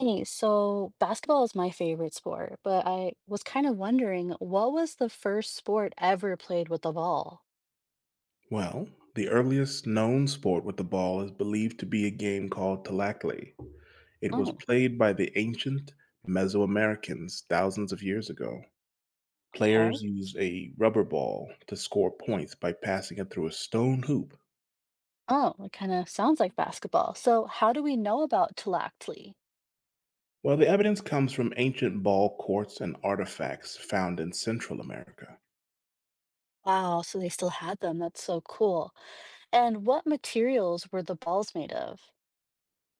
Hey, so basketball is my favorite sport, but I was kind of wondering, what was the first sport ever played with a ball? Well, the earliest known sport with the ball is believed to be a game called Tlachtli. It was Oh, played by the ancient Mesoamericans thousands of years ago. okay. Players used a rubber ball to score points by passing it through a stone hoop. Oh, it kind of sounds like basketball. So, how do we know about Tlactli? Well, the evidence comes from ancient ball courts and artifacts found in Central America. Wow, so they still had them. That's so cool. And what materials were the balls made of?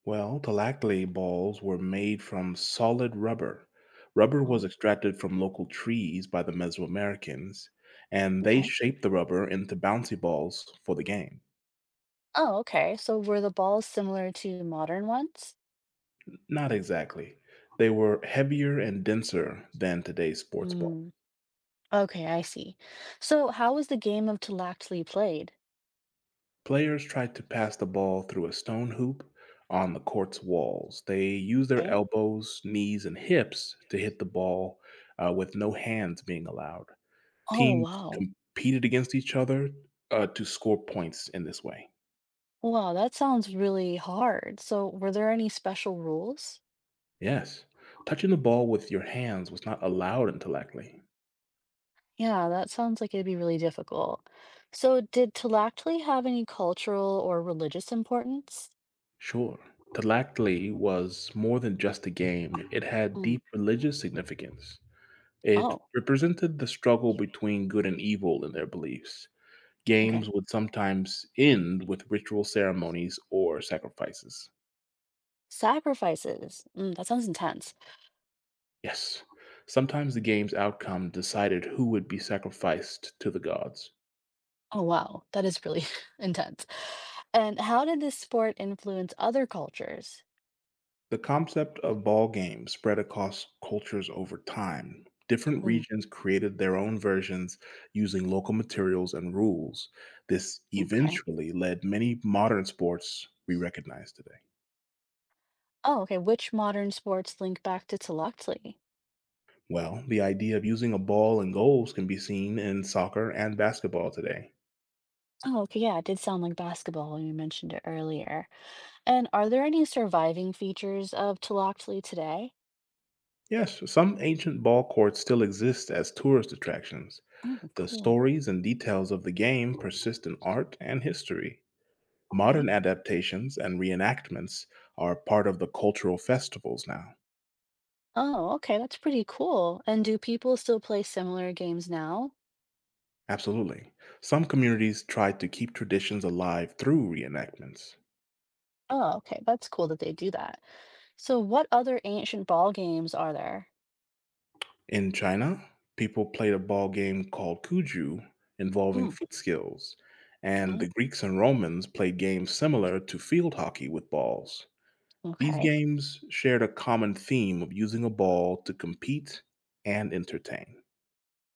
Well, the balls were made from solid rubber. Rubber was Oh, extracted from local trees by the Mesoamericans, and they okay. shaped the rubber into bouncy balls for the game. Oh, okay. So, were the balls similar to modern ones? Not exactly. They were heavier and denser than today's sports ball. Mm, okay, I see. So, how was the game of Tlactli played? Players tried to pass the ball through a stone hoop on the court's walls. They used their Okay. elbows, knees, and hips to hit the ball with no hands being allowed. Oh, Teams wow. competed against each other, to score points in this way. Wow, that sounds really hard. So, were there any special rules? Yes. Touching the ball with your hands was not allowed in Tlactli. Yeah, that sounds like it'd be really difficult. So, did Tlactli have any cultural or religious importance? Sure. Tlactli was more than just a game, it had Mm. deep religious significance. It Oh, represented the struggle between good and evil in their beliefs. Games okay. would sometimes end with ritual ceremonies or sacrifices. Sacrifices. Mm, that sounds intense. Yes. Sometimes the game's outcome decided who would be sacrificed to the gods. Oh, wow. That is really intense. And how did this sport influence other cultures? The concept of ball games spread across cultures over time. Different Mm, regions created their own versions using local materials and rules. This okay. eventually led many modern sports we recognize today. Oh, okay. Which modern sports link back to Tlactli? Well, the idea of using a ball and goals can be seen in soccer and basketball today. Oh, okay. Yeah, it did sound like basketball when you mentioned it earlier. And are there any surviving features of Tlaloc today? Yes, some ancient ball courts still exist as tourist attractions. Oh, The cool. stories and details of the game persist in art and history. Okay. Modern adaptations and reenactments are part of the cultural festivals now. Oh, okay, that's pretty cool. And do people still play similar games now? Absolutely. Some communities try to keep traditions alive through reenactments. Oh, okay, that's cool that they do that. So what other ancient ball games are there? In China, people played a ball game called Kuju involving Mm, foot skills, and mm, the Greeks and Romans played games similar to field hockey with balls. These okay. games shared a common theme of using a ball to compete and entertain.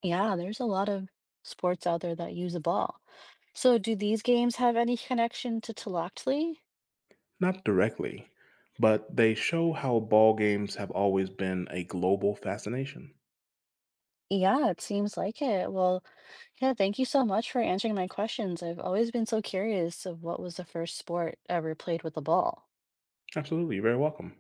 Yeah, there's a lot of sports out there that use a ball. So do these games have any connection to Tlaloc? Not directly, but they show how ball games have always been a global fascination. Yeah, it seems like it. Well, yeah, thank you so much for answering my questions. I've always been so curious of what was the first sport ever played with a ball. Absolutely, you're very welcome.